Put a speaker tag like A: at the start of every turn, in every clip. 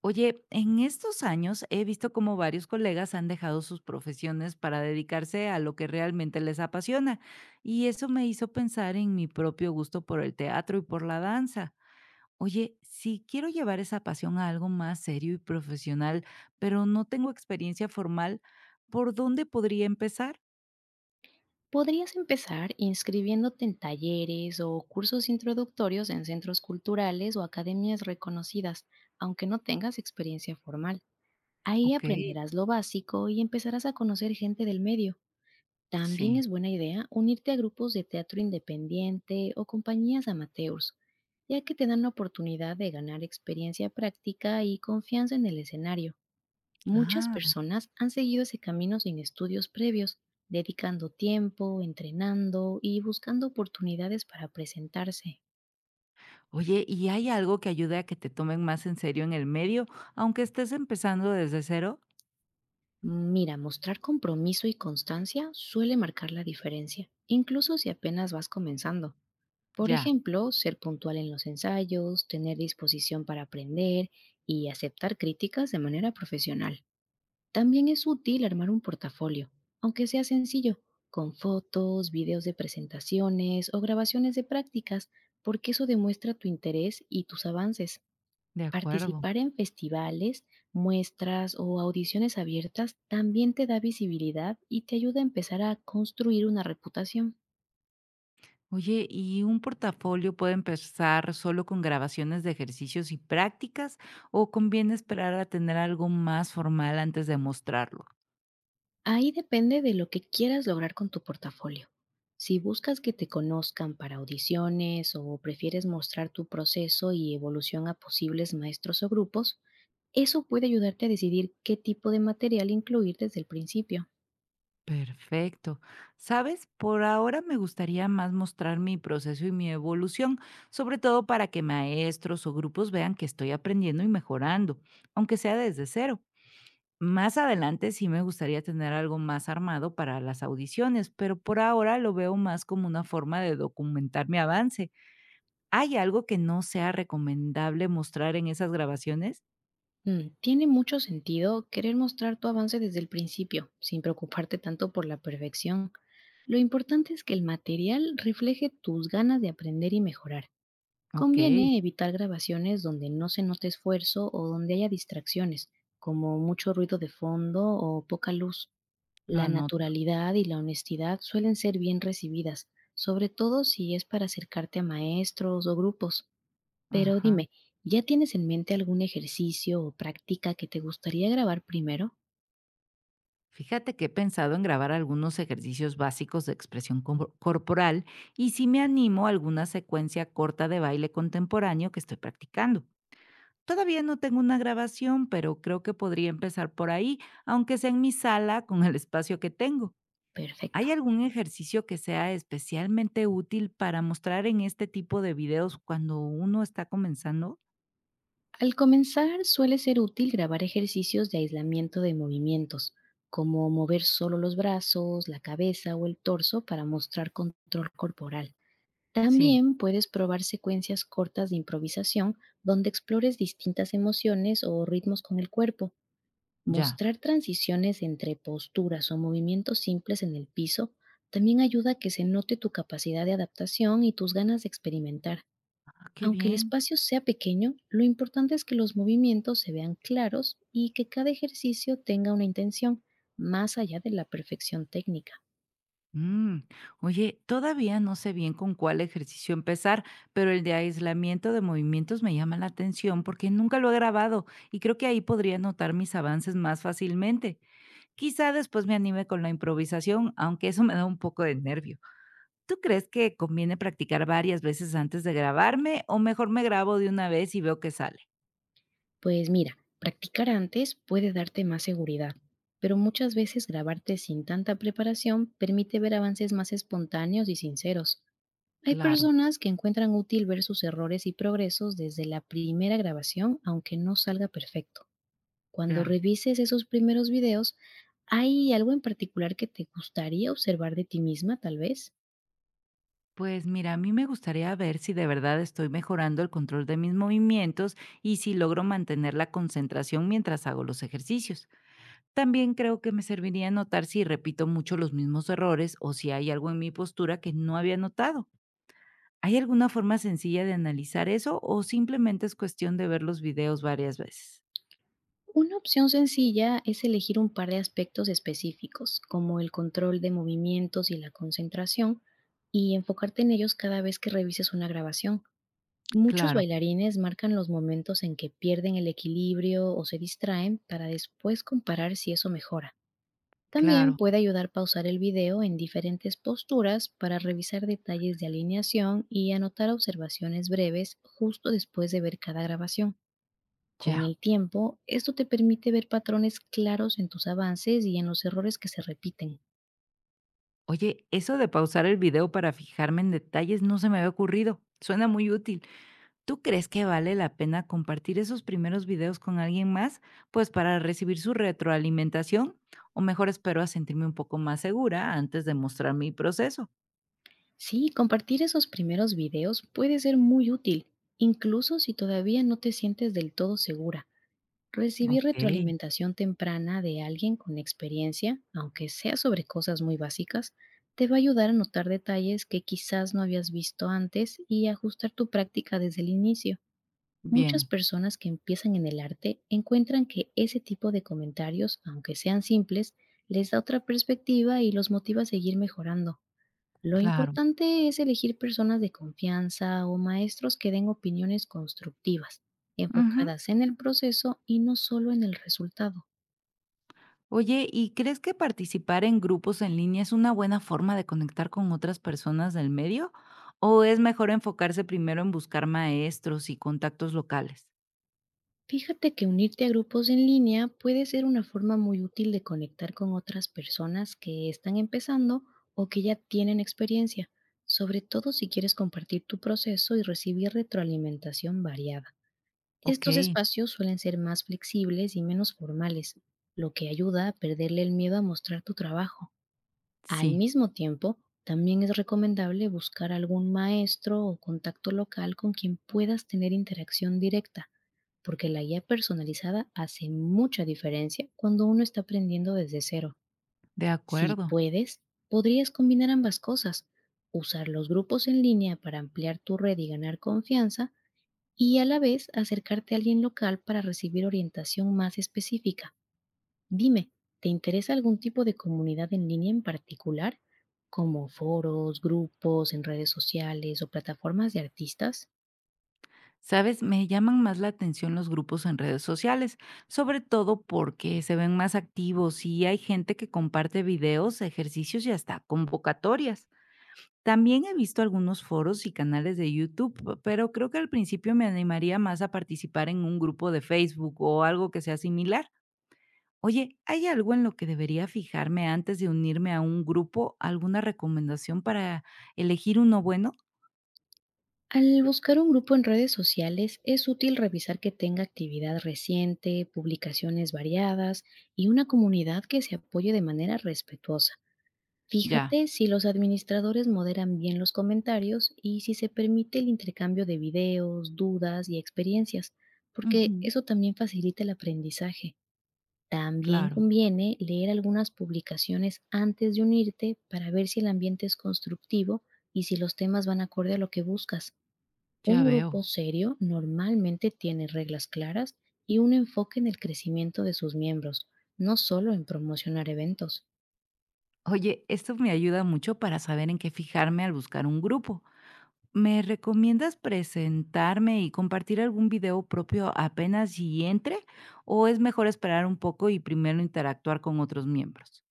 A: Oye, en estos años he visto cómo varios colegas han dejado sus profesiones para dedicarse a lo que realmente les apasiona, y eso me hizo pensar en mi propio gusto por el teatro y por la danza. Oye, si quiero llevar esa pasión a algo más serio y profesional, pero no tengo experiencia formal, ¿por dónde podría empezar?
B: Podrías empezar inscribiéndote en talleres o cursos introductorios en centros culturales o academias reconocidas, aunque no tengas experiencia formal. Ahí
A: Ok,
B: aprenderás lo básico y empezarás a conocer gente del medio. También
A: sí.
B: es buena idea unirte a grupos de teatro independiente o compañías amateurs, ya que te dan la oportunidad de ganar experiencia práctica y confianza en el escenario. Muchas
A: Ah,
B: personas han seguido ese camino sin estudios previos, dedicando tiempo, entrenando y buscando oportunidades para presentarse.
A: oye, ¿y hay algo que ayude a que te tomen más en serio en el medio, aunque estés empezando desde cero?
B: Mira, mostrar compromiso y constancia suele marcar la diferencia, incluso si apenas vas comenzando. Por
A: Ya,
B: ejemplo, ser puntual en los ensayos, tener disposición para aprender y aceptar críticas de manera profesional. También es útil armar un portafolio, aunque sea sencillo, con fotos, videos de presentaciones o grabaciones de prácticas, porque eso demuestra tu interés y tus avances.
A: de acuerdo.
B: Participar en festivales, muestras o audiciones abiertas también te da visibilidad y te ayuda a empezar a construir una reputación.
A: Oye, ¿y un portafolio puede empezar solo con grabaciones de ejercicios y prácticas o conviene esperar a tener algo más formal antes de mostrarlo?
B: Ahí depende de lo que quieras lograr con tu portafolio. Si buscas que te conozcan para audiciones o prefieres mostrar tu proceso y evolución a posibles maestros o grupos, eso puede ayudarte a decidir qué tipo de material incluir desde el principio.
A: Perfecto. Sabes, por ahora me gustaría más mostrar mi proceso y mi evolución, sobre todo para que maestros o grupos vean que estoy aprendiendo y mejorando, aunque sea desde cero. Más adelante sí me gustaría tener algo más armado para las audiciones, pero por ahora lo veo más como una forma de documentar mi avance. ¿Hay algo que no sea recomendable mostrar en esas grabaciones?
B: Mm, tiene mucho sentido querer mostrar tu avance desde el principio, sin preocuparte tanto por la perfección. Lo importante es que el material refleje tus ganas de aprender y mejorar.
A: Okey,
B: Conviene evitar grabaciones donde no se note esfuerzo o donde haya distracciones, como mucho ruido de fondo o poca luz.
A: lo
B: La
A: anoto.
B: naturalidad y la honestidad suelen ser bien recibidas, sobre todo si es para acercarte a maestros o grupos. Pero
A: Ajá.
B: dime, ¿ya tienes en mente algún ejercicio o práctica que te gustaría grabar primero?
A: Fíjate que he pensado en grabar algunos ejercicios básicos de expresión corporal y si me animo a alguna secuencia corta de baile contemporáneo que estoy practicando. Todavía no tengo una grabación, pero creo que podría empezar por ahí, aunque sea en mi sala con el espacio que tengo. ¿Hay
B: Perfecto.
A: algún ejercicio que sea especialmente útil para mostrar en este tipo de videos cuando uno está comenzando?
B: Al comenzar, suele ser útil grabar ejercicios de aislamiento de movimientos, como mover solo los brazos, la cabeza o el torso para mostrar control corporal.
A: Sí,
B: También puedes probar secuencias cortas de improvisación donde explores distintas emociones o ritmos con el cuerpo.
A: ya.
B: Mostrar transiciones entre posturas o movimientos simples en el piso también ayuda a que se note tu capacidad de adaptación y tus ganas de experimentar.
A: Ah, qué
B: Aunque el
A: bien.
B: espacio sea pequeño, lo importante es que los movimientos se vean claros y que cada ejercicio tenga una intención, más allá de la perfección técnica.
A: Mm, Oye, todavía no sé bien con cuál ejercicio empezar, pero el de aislamiento de movimientos me llama la atención porque nunca lo he grabado y creo que ahí podría notar mis avances más fácilmente. Quizá después me anime con la improvisación, aunque eso me da un poco de nervio. ¿Tú crees que conviene practicar varias veces antes de grabarme o mejor me grabo de una vez y veo que sale?
B: Pues mira, practicar antes puede darte más seguridad, pero muchas veces grabarte sin tanta preparación permite ver avances más espontáneos y sinceros. Hay
A: Claro,
B: personas que encuentran útil ver sus errores y progresos desde la primera grabación, aunque no salga perfecto. Cuando
A: ya.
B: revises esos primeros videos, ¿hay algo en particular que te gustaría observar de ti misma, tal vez?
A: Pues mira, a mí me gustaría ver si de verdad estoy mejorando el control de mis movimientos y si logro mantener la concentración mientras hago los ejercicios. También creo que me serviría notar si repito mucho los mismos errores o si hay algo en mi postura que no había notado. ¿Hay alguna forma sencilla de analizar eso o simplemente es cuestión de ver los videos varias veces?
B: Una opción sencilla es elegir un par de aspectos específicos, como el control de movimientos y la concentración, y enfocarte en ellos cada vez que revises una grabación. Muchos
A: Claro,
B: bailarines marcan los momentos en que pierden el equilibrio o se distraen para después comparar si eso mejora. También
A: claro,
B: puede ayudar a pausar el video en diferentes posturas para revisar detalles de alineación y anotar observaciones breves justo después de ver cada grabación. Con
A: ya.
B: el tiempo, esto te permite ver patrones claros en tus avances y en los errores que se repiten.
A: Oye, eso de pausar el video para fijarme en detalles no se me había ocurrido. Suena muy útil. ¿Tú crees que vale la pena compartir esos primeros videos con alguien más? Pues para recibir su retroalimentación, o mejor espero a sentirme un poco más segura antes de mostrar mi proceso.
B: Sí, compartir esos primeros videos puede ser muy útil, incluso si todavía no te sientes del todo segura. Recibí
A: Ok.
B: retroalimentación temprana de alguien con experiencia, aunque sea sobre cosas muy básicas, te va a ayudar a notar detalles que quizás no habías visto antes y ajustar tu práctica desde el inicio. Muchas
A: Bien,
B: personas que empiezan en el arte encuentran que ese tipo de comentarios, aunque sean simples, les da otra perspectiva y los motiva a seguir mejorando. Lo
A: claro.
B: importante es elegir personas de confianza o maestros que den opiniones constructivas,
A: Ujú.
B: enfocadas en el proceso y no solo en el resultado.
A: Oye, ¿y crees que participar en grupos en línea es una buena forma de conectar con otras personas del medio? ¿O es mejor enfocarse primero en buscar maestros y contactos locales?
B: Fíjate que unirte a grupos en línea puede ser una forma muy útil de conectar con otras personas que están empezando o que ya tienen experiencia, sobre todo si quieres compartir tu proceso y recibir retroalimentación variada.
A: Ok,
B: Estos espacios suelen ser más flexibles y menos formales, lo que ayuda a perderle el miedo a mostrar tu trabajo. Al
A: sí,
B: mismo tiempo, también es recomendable buscar algún maestro o contacto local con quien puedas tener interacción directa, porque la guía personalizada hace mucha diferencia cuando uno está aprendiendo desde cero.
A: de
B: Si
A: acuerdo.
B: puedes, podrías combinar ambas cosas, usar los grupos en línea para ampliar tu red y ganar confianza, y a la vez acercarte a alguien local para recibir orientación más específica. Dime, ¿te interesa algún tipo de comunidad en línea en particular, como foros, grupos en redes sociales o plataformas de artistas?
A: Sabes, me llaman más la atención los grupos en redes sociales, sobre todo porque se ven más activos y hay gente que comparte videos, ejercicios y hasta convocatorias. También he visto algunos foros y canales de YouTube, pero creo que al principio me animaría más a participar en un grupo de Facebook o algo que sea similar. Oye, ¿hay algo en lo que debería fijarme antes de unirme a un grupo? ¿Alguna recomendación para elegir uno bueno?
B: Al buscar un grupo en redes sociales es útil revisar que tenga actividad reciente, publicaciones variadas y una comunidad que se apoye de manera respetuosa.
A: Ya,
B: Fíjate si los administradores moderan bien los comentarios y si se permite el intercambio de videos, dudas y experiencias, porque
A: ujú,
B: eso también facilita el aprendizaje. También
A: claro,
B: conviene leer algunas publicaciones antes de unirte para ver si el ambiente es constructivo y si los temas van acorde a lo que buscas.
A: ya
B: Un grupo
A: veo.
B: serio normalmente tiene reglas claras y un enfoque en el crecimiento de sus miembros, no solo en promocionar eventos.
A: Oye, esto me ayuda mucho para saber en qué fijarme al buscar un grupo. ¿Me recomiendas presentarme y compartir algún video propio apenas y entre? ¿O es mejor esperar un poco y primero interactuar con otros miembros?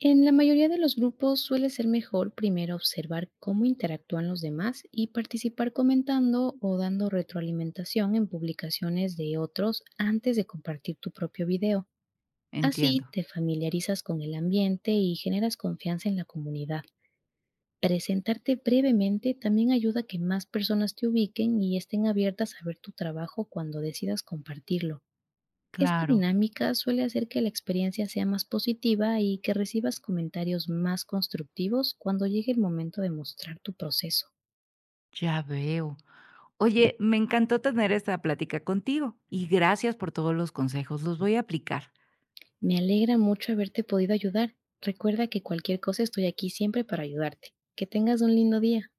B: En la mayoría de los grupos suele ser mejor primero observar cómo interactúan los demás y participar comentando o dando retroalimentación en publicaciones de otros antes de compartir tu propio video. Así
A: Entiendo.
B: te familiarizas con el ambiente y generas confianza en la comunidad. Presentarte brevemente también ayuda a que más personas te ubiquen y estén abiertas a ver tu trabajo cuando decidas compartirlo. Esta
A: Claro,
B: dinámica suele hacer que la experiencia sea más positiva y que recibas comentarios más constructivos cuando llegue el momento de mostrar tu proceso.
A: ya veo. Oye, me encantó tener esta plática contigo y gracias por todos los consejos. Los voy a aplicar.
B: Me alegra mucho haberte podido ayudar. Recuerda que cualquier cosa estoy aquí siempre para ayudarte. Que tengas un lindo día.